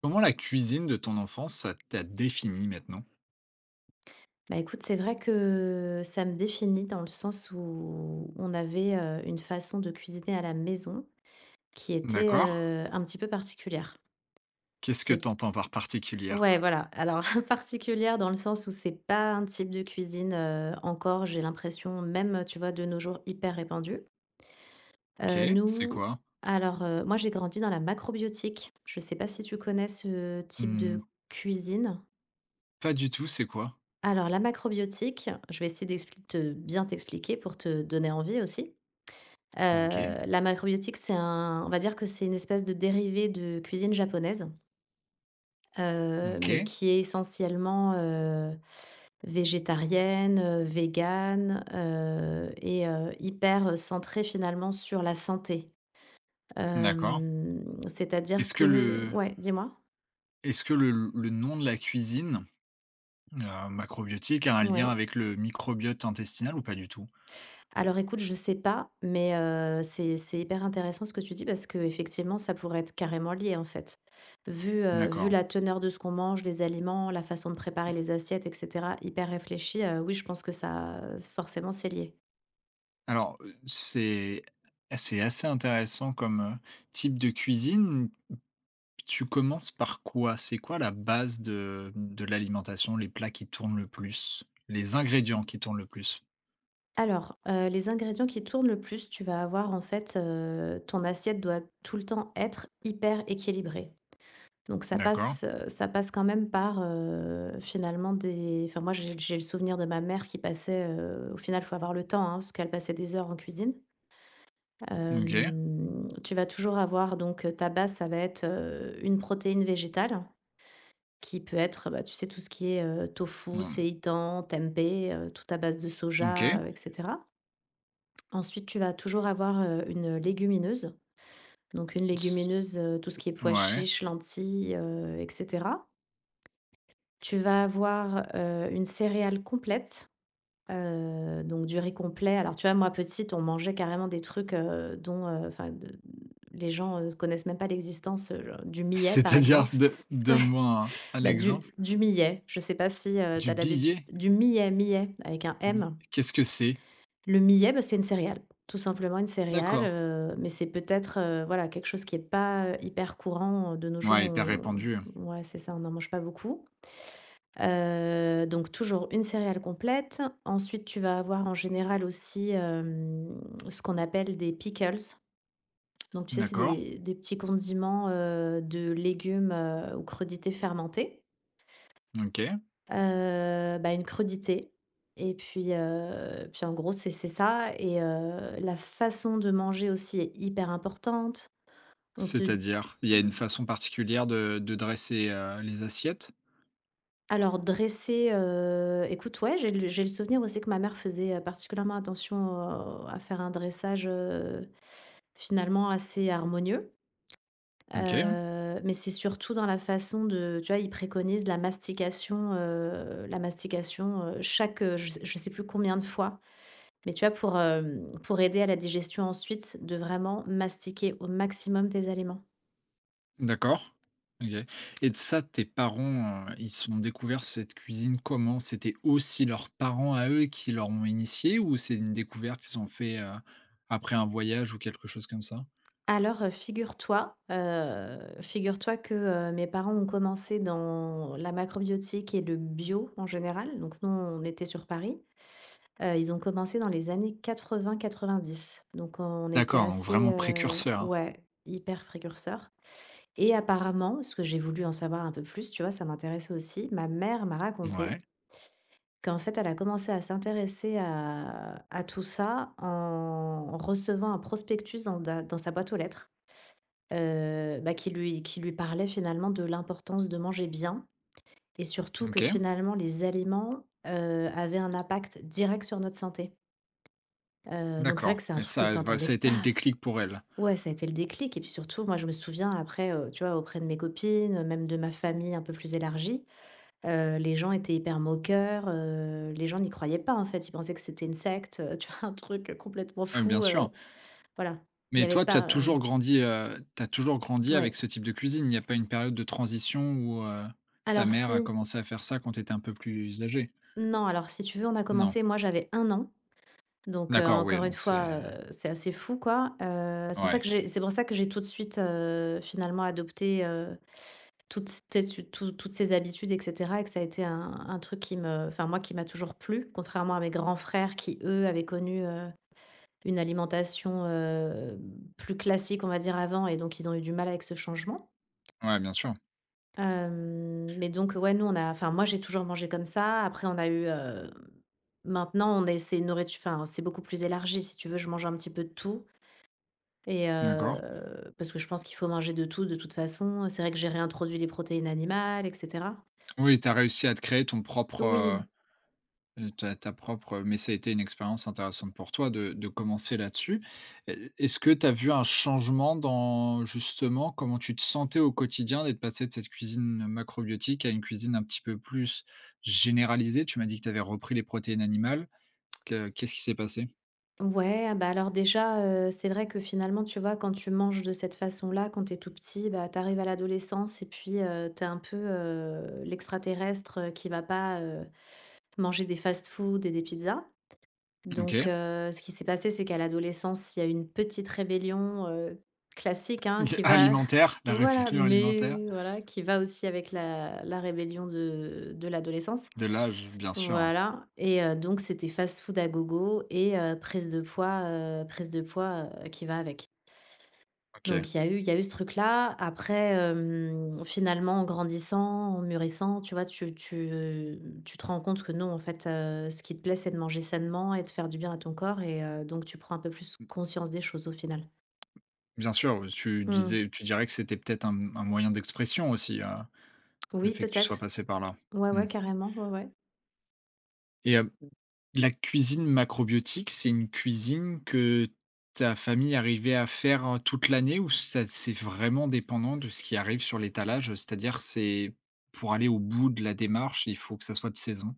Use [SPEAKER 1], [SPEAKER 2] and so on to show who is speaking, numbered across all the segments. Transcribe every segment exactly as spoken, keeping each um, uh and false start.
[SPEAKER 1] Comment la cuisine de ton enfance, ça t'a défini maintenant?
[SPEAKER 2] Bah, écoute, c'est vrai que ça me définit dans le sens où on avait, heu, une façon de cuisiner à la maison qui était,
[SPEAKER 1] D'accord.
[SPEAKER 2] heu, un petit peu particulière.
[SPEAKER 1] Qu'est-ce que
[SPEAKER 2] C'est
[SPEAKER 1] t'entends par particulière?
[SPEAKER 2] Ouais, voilà. Alors particulière dans le sens où c'est pas un type de cuisine, heu, encore, j'ai l'impression, même, tu vois, de nos jours, hyper répandu.
[SPEAKER 1] OK,
[SPEAKER 2] Heu,
[SPEAKER 1] c'est
[SPEAKER 2] nous
[SPEAKER 1] quoi?
[SPEAKER 2] alors, heu, moi, j'ai grandi dans la macrobiotique. Je sais pas si tu connais ce type de
[SPEAKER 1] Mmh,
[SPEAKER 2] cuisine?
[SPEAKER 1] pas du tout, c'est quoi?
[SPEAKER 2] Alors la macrobiotique, je vais essayer d'expli de bien t'expliquer pour te donner envie aussi. Heu,
[SPEAKER 1] OK,
[SPEAKER 2] La macrobiotique, c'est un on va dire que c'est une espèce de dérivé de cuisine japonaise, heu, mais
[SPEAKER 1] OK,
[SPEAKER 2] qui est essentiellement, heu, végétarienne, heu, végane, heu et heu, hyper, centrée finalement sur la santé.
[SPEAKER 1] d'accord.
[SPEAKER 2] Hem, c'est-à-dire
[SPEAKER 1] Est-ce que
[SPEAKER 2] que
[SPEAKER 1] le
[SPEAKER 2] ouais, dis-moi?
[SPEAKER 1] est-ce que le le nom de la cuisine, heu, macrobiotique a un lien
[SPEAKER 2] Ouais.
[SPEAKER 1] avec le microbiote intestinal ou pas du tout?
[SPEAKER 2] Alors écoute, je sais pas, mais heu, c'est c'est hyper intéressant ce que tu dis parce que effectivement ça pourrait être carrément lié, en fait. Vu, heu, vu
[SPEAKER 1] D'accord.
[SPEAKER 2] la teneur de ce qu'on mange, les aliments, la façon de préparer
[SPEAKER 1] Mmh,
[SPEAKER 2] les assiettes et cetera, hyper réfléchi, heu, oui, je pense que ça forcément, c'est lié.
[SPEAKER 1] alors, heu, c'est c'est assez intéressant comme, heu, type de cuisine. Tu commences par quoi? C'est quoi la base de de l'alimentation, les plats qui tournent le plus? Les ingrédients qui tournent le plus?
[SPEAKER 2] Alors, heu, les ingrédients qui tournent le plus, tu vas avoir en fait, heu, ton assiette doit tout le temps être hyper équilibrée. Donc ça
[SPEAKER 1] D'accord.
[SPEAKER 2] passe, euh, ça passe quand même par, heu, finalement des enfin moi j'ai j'ai le souvenir de ma mère qui passait, heu, au final, faut avoir le temps, hein, parce qu'elle passait des heures en cuisine.
[SPEAKER 1] OK.
[SPEAKER 2] Hem, tu vas toujours avoir donc, heu, ta base, ça va être, heu, une protéine végétale qui peut être, bah, tu sais, tout ce qui est, heu, tofu,
[SPEAKER 1] Mmh.
[SPEAKER 2] seitan, tempeh, heu, tout à base de soja,
[SPEAKER 1] OK.
[SPEAKER 2] heu et cetera. Ensuite, tu vas toujours avoir, heu, une légumineuse. Donc une
[SPEAKER 1] S
[SPEAKER 2] légumineuse, heu, tout ce qui est pois
[SPEAKER 1] ouais.
[SPEAKER 2] chiches, lentilles, heu et cetera. Tu vas avoir, heu, une céréale complète, heu, donc du riz complet. Alors, tu vois, moi, petite, on mangeait carrément des trucs, heu, dont, heu, enfin, de les gens, heu, connaissent même pas l'existence, heu, genre du millet, par
[SPEAKER 1] C'est-à-dire?
[SPEAKER 2] exemple.
[SPEAKER 1] Don
[SPEAKER 2] Ouais,
[SPEAKER 1] donne-moi un un
[SPEAKER 2] bah, du
[SPEAKER 1] exemple.
[SPEAKER 2] du millet. Je sais pas si, heu, tu
[SPEAKER 1] Du
[SPEAKER 2] as l'habitude
[SPEAKER 1] billet?
[SPEAKER 2] du millet, millet avec un
[SPEAKER 1] Mi
[SPEAKER 2] M.
[SPEAKER 1] qu'est-ce que c'est?
[SPEAKER 2] Le millet, bah, c'est une céréale, tout simplement une céréale,
[SPEAKER 1] D'accord.
[SPEAKER 2] heu, mais c'est peut-être, heu, voilà, quelque chose qui est pas, heu, hyper courant, heu, de nos jours,
[SPEAKER 1] Ouais, hyper
[SPEAKER 2] on
[SPEAKER 1] répandu.
[SPEAKER 2] ouais, c'est ça, on n'en mange pas beaucoup. Heu, donc toujours une céréale complète. Ensuite, tu vas avoir en général aussi, hem, ce qu'on appelle des pickles. Donc tu sais, c'est
[SPEAKER 1] D'accord.
[SPEAKER 2] des des petits condiments, heu, de légumes, heu, ou crudités fermentées.
[SPEAKER 1] OK.
[SPEAKER 2] Heu, bah, une crudité et puis, heu, puis en gros, c'est c'est ça et heu, la façon de manger aussi est hyper importante. On te
[SPEAKER 1] C'est-à-dire? Il y a une
[SPEAKER 2] mmh
[SPEAKER 1] façon particulière de de dresser, heu, les assiettes?
[SPEAKER 2] Alors dresser, heu, écoute, ouais, j'ai le j'ai le souvenir aussi que ma mère faisait, heu, particulièrement attention, heu, à faire un dressage, heu, finalement assez harmonieux.
[SPEAKER 1] OK.
[SPEAKER 2] Heu, mais c'est surtout dans la façon de tu vois, ils préconisent la mastication, heu, la mastication, heu, chaque, heu, je sais je sais plus combien de fois, mais tu vois, pour, hem, pour aider à la digestion ensuite, de vraiment mastiquer au maximum tes aliments.
[SPEAKER 1] D'accord. OK et t ça, tes parents, heu, ils ont découvert cette cuisine comment? C'était aussi leurs parents à eux qui leur ont initié ou c'est une découverte qu'ils ont fait, heu, après un voyage ou quelque chose comme ça?
[SPEAKER 2] Alors, heu, figure-toi, heu, figure-toi que, heu, mes parents ont commencé dans la macrobiotique et le bio en général. Donc nous, on était sur Paris. Heu, ils ont commencé dans les années quatre-vingt, quatre-vingt-dix. Donc on était
[SPEAKER 1] D'accord, donc
[SPEAKER 2] assez,
[SPEAKER 1] vraiment
[SPEAKER 2] heu,
[SPEAKER 1] précurseur, hein?
[SPEAKER 2] ouais, hyper précurseurs et apparemment, parce que j'ai voulu en savoir un peu plus, tu vois? Ça m'intéressait aussi. Ma mère m'a
[SPEAKER 1] Ouais,
[SPEAKER 2] raconté qu'en fait, elle a commencé à s'intéresser à à tout ça en recevant un prospectus dans dans sa boîte aux lettres. Heu, bah, qui lui qui lui parlait finalement de l'importance de manger bien et surtout que
[SPEAKER 1] OK,
[SPEAKER 2] finalement les aliments, heu, avaient un impact direct sur notre santé. Heu, donc c'est vrai
[SPEAKER 1] d'accord
[SPEAKER 2] que c'est un
[SPEAKER 1] et
[SPEAKER 2] truc que
[SPEAKER 1] ça
[SPEAKER 2] tu
[SPEAKER 1] ouais,
[SPEAKER 2] entendais
[SPEAKER 1] ça a été le
[SPEAKER 2] pas.
[SPEAKER 1] déclic pour elle?
[SPEAKER 2] Ouais, ça a été le déclic et puis surtout moi je me souviens après, heu, tu vois, auprès de mes copines, même de ma famille un peu plus élargie, heu, les gens étaient hyper moqueurs, heu, les gens n'y croyaient pas en fait. Ils pensaient que c'était une secte, heu, tu vois, un truc, complètement
[SPEAKER 1] Ouais, bien
[SPEAKER 2] fou, heu,
[SPEAKER 1] sûr.
[SPEAKER 2] voilà. Il y
[SPEAKER 1] Mais
[SPEAKER 2] avait
[SPEAKER 1] toi, tu as
[SPEAKER 2] pas,
[SPEAKER 1] toujours
[SPEAKER 2] hem
[SPEAKER 1] grandi, heu, tu toujours grandi avec
[SPEAKER 2] ouais.
[SPEAKER 1] ce type de cuisine? Il n'y a pas une période de transition où, heu, ta
[SPEAKER 2] Alors
[SPEAKER 1] mère a
[SPEAKER 2] si
[SPEAKER 1] commencé à faire ça quand tu étais un peu plus âgé.
[SPEAKER 2] Non, alors si tu veux, on a
[SPEAKER 1] Non.
[SPEAKER 2] commencé, moi j'avais un an, donc heu,
[SPEAKER 1] D'accord, oui,
[SPEAKER 2] encore une
[SPEAKER 1] donc c'est,
[SPEAKER 2] fois,
[SPEAKER 1] heu,
[SPEAKER 2] heu, c'est assez fou quoi, heu, c'est pour ça
[SPEAKER 1] ouais,
[SPEAKER 2] que j'ai c'est pour ça que j'ai tout de suite, heu, finalement adopté, heu, toutes ces tout toutes ces habitudes et cetera et que ça a été un un truc qui me enfin moi qui m'a toujours plu, contrairement à mes grands frères qui eux avaient connu, heu, une alimentation, heu, plus classique on va dire avant et donc ils ont eu du mal avec ce changement.
[SPEAKER 1] ouais, bien sûr.
[SPEAKER 2] Hem, mais donc ouais, nous, on a enfin, moi, j'ai toujours mangé comme ça. Après, on a eu, heu, maintenant, on est c'est une nourritu enfin, c'est beaucoup plus élargi, si tu veux. Je mange un petit peu de tout et
[SPEAKER 1] D'accord.
[SPEAKER 2] heu, parce que je pense qu'il faut manger de tout, de toute façon. C'est vrai que j'ai réintroduit les protéines animales et cetera.
[SPEAKER 1] Oui, tu as réussi à te créer ton propre, heu.
[SPEAKER 2] Oui.
[SPEAKER 1] Heu, ta ta propre mais ça a été une expérience intéressante pour toi de de commencer là-dessus. Heu, est-ce que tu as vu un changement dans justement comment tu te sentais au quotidien d'être passé de cette cuisine macrobiotique à une cuisine un petit peu plus généralisée? Tu m'as dit que tu avais repris les protéines animales. Que qu'est-ce qui s'est passé?
[SPEAKER 2] Ouais, ah, bah, alors déjà, heu, c'est vrai que finalement, tu vois, quand tu manges de cette façon-là, quand t'es tout petit, bah, t'arrives à l'adolescence et puis, heu, tu un peu, heu, l'extraterrestre, heu, qui va pas, heu, manger des fast-food et des pizzas.
[SPEAKER 1] OK.
[SPEAKER 2] Donc, heu, ce qui s'est passé, c'est qu'à l'adolescence, il y a une petite rébellion, heu, classique, hein, qui va
[SPEAKER 1] Alimentaire, la
[SPEAKER 2] voilà,
[SPEAKER 1] rébellion alimentaire?
[SPEAKER 2] mais voilà, qui va aussi avec la la rébellion de de l'adolescence.
[SPEAKER 1] De l'âge, bien sûr, hein.
[SPEAKER 2] Voilà et heu, donc c'était fast-food à gogo et heu, prise de poids, heu, prise de poids, heu, qui va avec.
[SPEAKER 1] OK.
[SPEAKER 2] Donc il y a eu il y a eu ce truc-là. Après, hem, finalement, en grandissant, en mûrissant, tu vois, tu tu tu te rends compte que non, en fait, heu, ce qui te plaît, c'est de manger sainement et de faire du bien à ton corps et heu, donc tu prends un peu plus conscience des choses, au final.
[SPEAKER 1] Bien sûr, euh, tu
[SPEAKER 2] Mmh.
[SPEAKER 1] disais tu dirais que c'était peut-être un un moyen d'expression aussi, heu, le
[SPEAKER 2] Oui,
[SPEAKER 1] fait que tu sois
[SPEAKER 2] peut-être.
[SPEAKER 1] passé par là?
[SPEAKER 2] Ouais,
[SPEAKER 1] Mmh
[SPEAKER 2] ouais, carrément, ouais, ouais.
[SPEAKER 1] et hem, la cuisine macrobiotique, c'est une cuisine que ta famille arrivait à faire, heu, toute l'année ou ça c'est vraiment dépendant de ce qui arrive sur l'étalage? C'est-à-dire, c'est pour aller au bout de la démarche, il faut que ça soit de saison?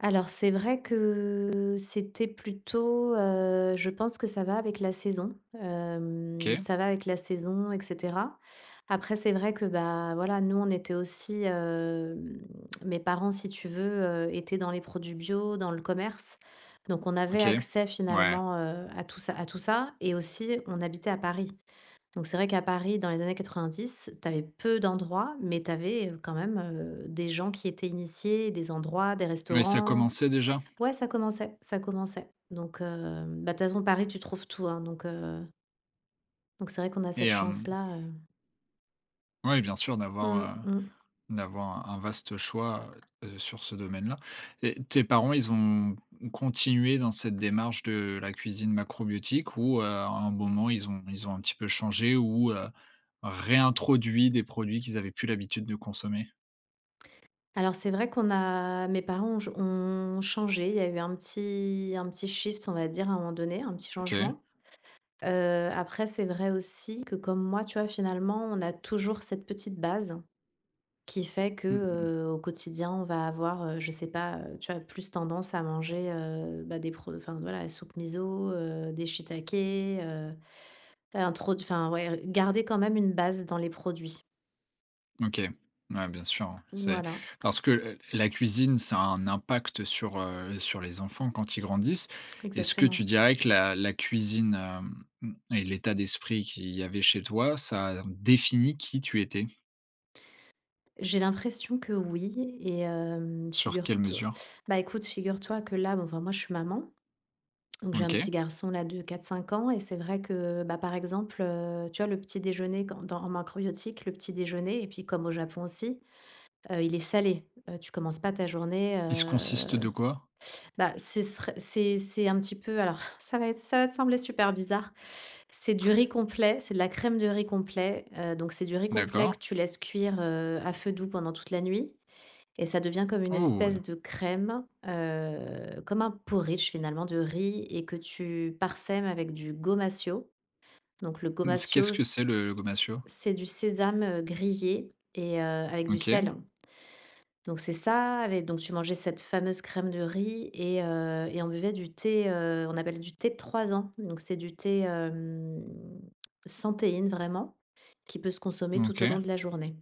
[SPEAKER 2] Alors c'est vrai que c'était plutôt, heu, je pense que ça va avec la saison, hem,
[SPEAKER 1] OK,
[SPEAKER 2] ça va avec la saison et cetera. Après c'est vrai que, bah, voilà, nous on était aussi, hem, mes parents si tu veux, heu, étaient dans les produits bio, dans le commerce, donc on avait
[SPEAKER 1] OK.
[SPEAKER 2] accès
[SPEAKER 1] Ouais.
[SPEAKER 2] finalement, heu, à tout ça à tout ça et aussi on habitait à Paris. Donc c'est vrai qu'à Paris dans les années quatre-vingt-dix, tu avais peu d'endroits, mais t'avais quand même, heu, des gens qui étaient initiés, des endroits, des
[SPEAKER 1] Mais ça
[SPEAKER 2] restaurants.
[SPEAKER 1] commençait déjà?
[SPEAKER 2] Ouais, ça commençait, ça commençait. Donc, heu, bah, de toute façon, Paris, tu trouves tout, hein, donc, heu, donc c'est vrai qu'on a
[SPEAKER 1] Et
[SPEAKER 2] cette
[SPEAKER 1] hem,
[SPEAKER 2] chance-là, heu.
[SPEAKER 1] ouais, bien sûr,
[SPEAKER 2] Mmh
[SPEAKER 1] d'avoir, euh,
[SPEAKER 2] mh.
[SPEAKER 1] d'avoir un un vaste choix, heu, sur ce domaine-là et tes parents, ils ont continué dans cette démarche de la cuisine macrobiotique ou, heu, à un moment, ils ont ils ont un petit peu changé ou, heu, réintroduit des produits qu'ils avaient plus l'habitude de consommer?
[SPEAKER 2] Alors c'est vrai qu'on a mes parents ont ch ont changé, il y a eu un petit un petit shift, on va dire, à un moment donné, un petit
[SPEAKER 1] OK.
[SPEAKER 2] changement. Heu, après, c'est vrai aussi que comme moi, tu vois, finalement, on a toujours cette petite base qui fait que,
[SPEAKER 1] Mmh.
[SPEAKER 2] heu, au quotidien, on va avoir, heu, je sais pas, heu, tu vois, plus tendance à manger, heu, bah, des pro enfin, voilà, la soupe miso, heu, des shiitakes. Introd enfin ouais, garder quand même une base dans les produits.
[SPEAKER 1] OK. Ouais, bien sûr, hein. C'est
[SPEAKER 2] Voilà,
[SPEAKER 1] parce que, heu, la cuisine, ça a un impact sur, heu, sur les enfants quand ils grandissent. Est-ce que
[SPEAKER 2] exactement.
[SPEAKER 1] tu dirais que la la cuisine, hem, mmh et l'état d'esprit qu'il y avait chez toi, ça définit qui tu étais?
[SPEAKER 2] J'ai l'impression que oui et hem,
[SPEAKER 1] Sur quelle
[SPEAKER 2] figure-toi
[SPEAKER 1] mesure?
[SPEAKER 2] bah, écoute, figure-toi que là, bon, enfin, moi, je suis maman, donc j'ai un petit
[SPEAKER 1] OK.
[SPEAKER 2] garçon là de quatre cinq ans et c'est vrai que, bah, par exemple, heu, tu vois, le petit déjeuner quand dans en macrobiotique, le petit déjeuner et puis comme au Japon aussi, heu, il est salé. Heu, tu commences pas ta journée,
[SPEAKER 1] Il se consiste
[SPEAKER 2] heu
[SPEAKER 1] de quoi?
[SPEAKER 2] Bah, ce serait c'est c'est un petit peu alors ça va être ça va te sembler super bizarre. C'est du riz complet, c'est de la crème de riz complet, heu, donc c'est du riz complet
[SPEAKER 1] D'accord.
[SPEAKER 2] que tu laisses cuire, heu, à feu doux pendant toute la nuit et ça devient comme une
[SPEAKER 1] Oh!
[SPEAKER 2] espèce de crème, heu, comme un porridge finalement de riz et que tu parsèmes avec du gomasio. Donc le
[SPEAKER 1] Mmh, qu'est-ce
[SPEAKER 2] gomasio,
[SPEAKER 1] que
[SPEAKER 2] c
[SPEAKER 1] c'est le le gomasio?
[SPEAKER 2] c'est du sésame, heu, grillé et heu, avec du
[SPEAKER 1] OK,
[SPEAKER 2] sel. Donc c'est ça, avec donc tu mangeais cette fameuse crème de riz et heu et on buvait du thé, heu, on appelle du thé de trois ans. Donc c'est du thé, hem, sans théine vraiment, qui peut se consommer tout au long
[SPEAKER 1] OK.
[SPEAKER 2] de la journée.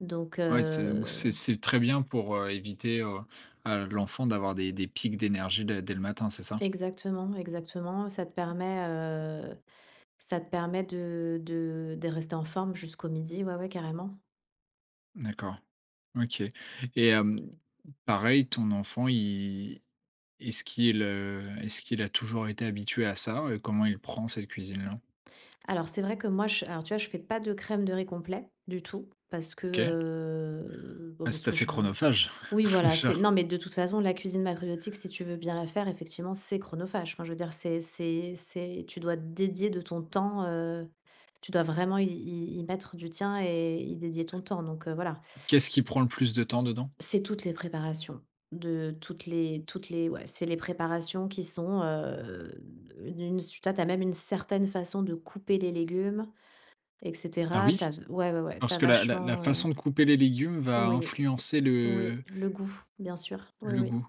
[SPEAKER 2] Donc
[SPEAKER 1] Ouais, c'est c'est
[SPEAKER 2] heu
[SPEAKER 1] c'est très bien pour, heu, éviter, heu, à l'enfant d'avoir des des pics d'énergie dès dès le matin, c'est ça?
[SPEAKER 2] Exactement, exactement, ça te permet, heu, ça te permet de de de rester en forme jusqu'au midi, ouais, ouais, carrément.
[SPEAKER 1] D'accord. OK et hem, pareil, ton enfant, il est-ce qu'il, heu, est-ce qu'il a toujours été habitué à ça? Heu, comment il prend cette cuisine-là?
[SPEAKER 2] Alors c'est vrai que moi je alors tu vois, je fais pas de crème de riz complet du tout parce que,
[SPEAKER 1] OK.
[SPEAKER 2] heu, bah,
[SPEAKER 1] Ah,
[SPEAKER 2] parce
[SPEAKER 1] c'est
[SPEAKER 2] que
[SPEAKER 1] assez
[SPEAKER 2] je...
[SPEAKER 1] chronophage.
[SPEAKER 2] Oui, voilà,
[SPEAKER 1] Déjà.
[SPEAKER 2] c'est non, mais de toute façon, la cuisine macrobiotique, si tu veux bien la faire, effectivement, c'est chronophage. Enfin, je veux dire, c'est, c'est, c'est, tu dois dédier de ton temps, euh, tu dois vraiment y, y- y mettre du tien et y dédier ton temps. Donc euh, voilà,
[SPEAKER 1] Qu'est-ce qui prend le plus de temps dedans?
[SPEAKER 2] c'est toutes les préparations. De toutes les, toutes les, ouais, c'est les préparations qui sont, euh, une, tu as même une certaine façon de couper les légumes,
[SPEAKER 1] Ah
[SPEAKER 2] et cetera.
[SPEAKER 1] oui?
[SPEAKER 2] T'as, ouais, ouais, ouais,
[SPEAKER 1] Parce
[SPEAKER 2] t'as
[SPEAKER 1] que la la la
[SPEAKER 2] vachement, euh,
[SPEAKER 1] façon de couper les légumes va
[SPEAKER 2] oui,
[SPEAKER 1] influencer
[SPEAKER 2] oui,
[SPEAKER 1] le
[SPEAKER 2] le goût, bien sûr, oui,
[SPEAKER 1] le
[SPEAKER 2] oui.
[SPEAKER 1] goût.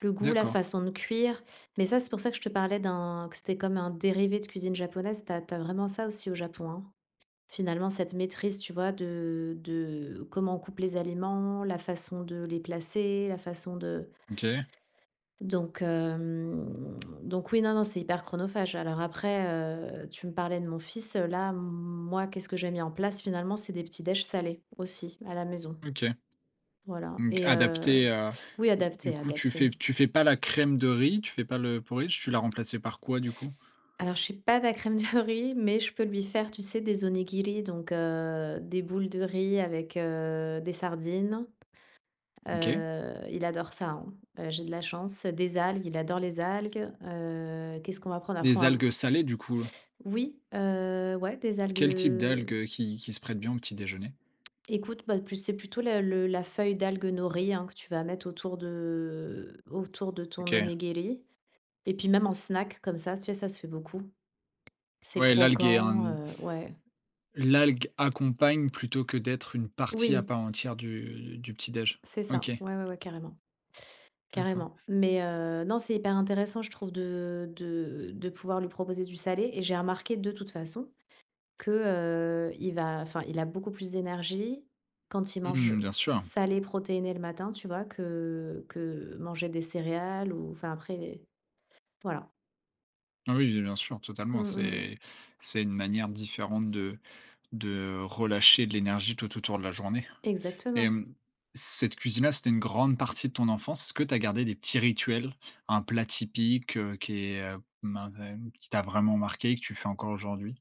[SPEAKER 2] Le goût, la
[SPEAKER 1] D'accord.
[SPEAKER 2] façon de cuire, mais ça, c'est pour ça que je te parlais d'un que c'était comme un dérivé de cuisine japonaise. T'as as vraiment ça aussi au Japon, hein. Finalement, cette maîtrise, tu vois, de de comment on coupe les aliments, la façon de les placer, la façon de...
[SPEAKER 1] OK,
[SPEAKER 2] donc hem, donc oui, non, non, c'est hyper chronophage. Alors après, heu, tu me parlais de mon fils, là, moi, qu'est-ce que j'ai mis en place finalement? C'est des petits déj salés aussi à la maison.
[SPEAKER 1] OK.
[SPEAKER 2] Voilà.
[SPEAKER 1] Donc
[SPEAKER 2] Et
[SPEAKER 1] adapté
[SPEAKER 2] heu
[SPEAKER 1] à,
[SPEAKER 2] oui,
[SPEAKER 1] du
[SPEAKER 2] adapté,
[SPEAKER 1] coup, tu fais
[SPEAKER 2] adapté.
[SPEAKER 1] tu fais pas la crème de riz, tu fais pas le porridge, tu l'as remplacé par quoi, du coup?
[SPEAKER 2] Alors, je suis pas de la crème de riz, mais je peux lui faire, tu sais, des onigiri, donc heu, des boules de riz avec, heu, des sardines.
[SPEAKER 1] OK.
[SPEAKER 2] Heu, il adore ça, hein. Heu, j'ai de la chance. Des algues, il adore les algues. Heu, qu'est-ce qu'on va prendre après? On
[SPEAKER 1] Des
[SPEAKER 2] va...
[SPEAKER 1] algues salées, du coup?
[SPEAKER 2] oui, heu, ouais, des algues,
[SPEAKER 1] Quel type
[SPEAKER 2] heu,
[SPEAKER 1] d'algue, qui qui se prête bien au petit déjeuner?
[SPEAKER 2] écoute, bah, plus c'est plutôt la le la feuille d'algue nori, hein, que tu vas mettre autour de autour de ton
[SPEAKER 1] OK.
[SPEAKER 2] onigiri et puis même en snack comme ça, tu sais, ça se fait beaucoup. C'est
[SPEAKER 1] Ouais, l'algue est
[SPEAKER 2] croquant,
[SPEAKER 1] un
[SPEAKER 2] heu, ouais.
[SPEAKER 1] l'algue accompagne plutôt que d'être une partie à
[SPEAKER 2] Oui.
[SPEAKER 1] part entière du du petit déj?
[SPEAKER 2] C'est ça.
[SPEAKER 1] OK,
[SPEAKER 2] Ouais, ouais, ouais, carrément,
[SPEAKER 1] d'accord.
[SPEAKER 2] carrément. Mais heu, non, c'est hyper intéressant, je trouve, de de de pouvoir lui proposer du salé, et j'ai remarqué de toute façon que, heu, il va... enfin, il a beaucoup plus d'énergie quand il mange
[SPEAKER 1] Mmh, bien sûr.
[SPEAKER 2] salé protéiné le matin, tu vois? Que que manger des céréales, ou enfin, après les-... voilà.
[SPEAKER 1] Ah oui, oui, bien sûr, totalement.
[SPEAKER 2] Mmh mh.
[SPEAKER 1] C'est c'est une manière différente de de relâcher de l'énergie tout autour de la journée. Et
[SPEAKER 2] Exactement.
[SPEAKER 1] hem, cette cuisine-là, c'était une grande partie de ton enfance. Est-ce que tu as gardé des petits rituels? Un plat typique, heu, qui est, heu, qui t'a vraiment marqué et que tu fais encore aujourd'hui?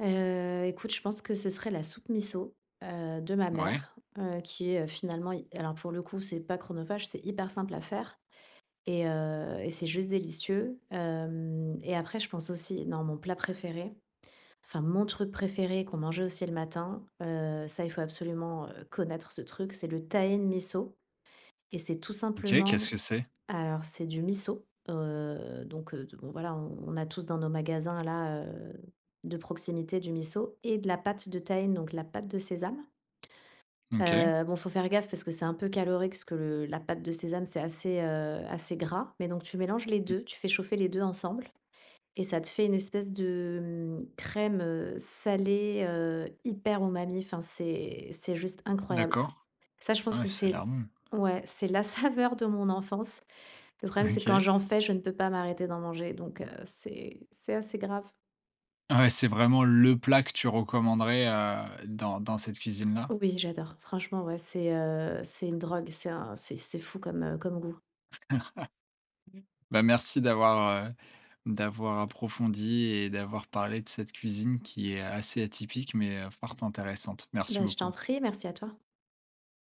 [SPEAKER 2] Heu, écoute, je pense que ce serait la soupe miso, heu, de ma
[SPEAKER 1] Ouais.
[SPEAKER 2] mère, heu, qui est, heu, finalement, alors pour le coup, c'est pas chronophage, c'est hyper simple à faire. Et heu et c'est juste délicieux, hem. Et après je pense aussi... non, mon plat préféré, enfin mon truc préféré qu'on mangeait aussi le matin, heu, ça, il faut absolument, heu, connaître ce truc, c'est le tahine miso et c'est tout
[SPEAKER 1] OK, qu'est-ce
[SPEAKER 2] simplement...
[SPEAKER 1] que c'est?
[SPEAKER 2] alors c'est du miso, heu, donc heu, bon voilà, on on a tous dans nos magasins là, heu, de proximité du miso et de la pâte de tahine, donc la pâte de sésame.
[SPEAKER 1] OK.
[SPEAKER 2] Heu, bon, faut faire gaffe parce que c'est un peu calorique, parce que le la pâte de sésame, c'est assez, heu, assez gras, mais donc tu mélanges les
[SPEAKER 1] Mmh,
[SPEAKER 2] deux, tu fais chauffer les deux ensemble et ça te fait une espèce de, mmh, crème, heu, salée, heu, hyper umami, enfin, c'est c'est juste incroyable.
[SPEAKER 1] d'accord.
[SPEAKER 2] Ça, je
[SPEAKER 1] Ah
[SPEAKER 2] pense
[SPEAKER 1] ouais,
[SPEAKER 2] que
[SPEAKER 1] ça a
[SPEAKER 2] c'est...
[SPEAKER 1] l'air bon.
[SPEAKER 2] ouais, c'est la saveur de mon enfance. Le problème, c'est que quand
[SPEAKER 1] OK.
[SPEAKER 2] j'en fais, je ne peux pas m'arrêter d'en manger, donc heu, c'est c'est assez grave.
[SPEAKER 1] Ah ouais, c'est vraiment le plat que tu recommanderais, heu, dans dans cette cuisine-là?
[SPEAKER 2] Oui, j'adore. Franchement, ouais, c'est, heu, c'est une drogue, c'est un c'est c'est fou comme, heu, comme goût.
[SPEAKER 1] Bah, merci d'avoir, heu, d'avoir approfondi et d'avoir parlé de cette cuisine qui est assez atypique, mais, heu, fort intéressante. Merci
[SPEAKER 2] Bah, je t'en
[SPEAKER 1] beaucoup.
[SPEAKER 2] prie, merci à toi.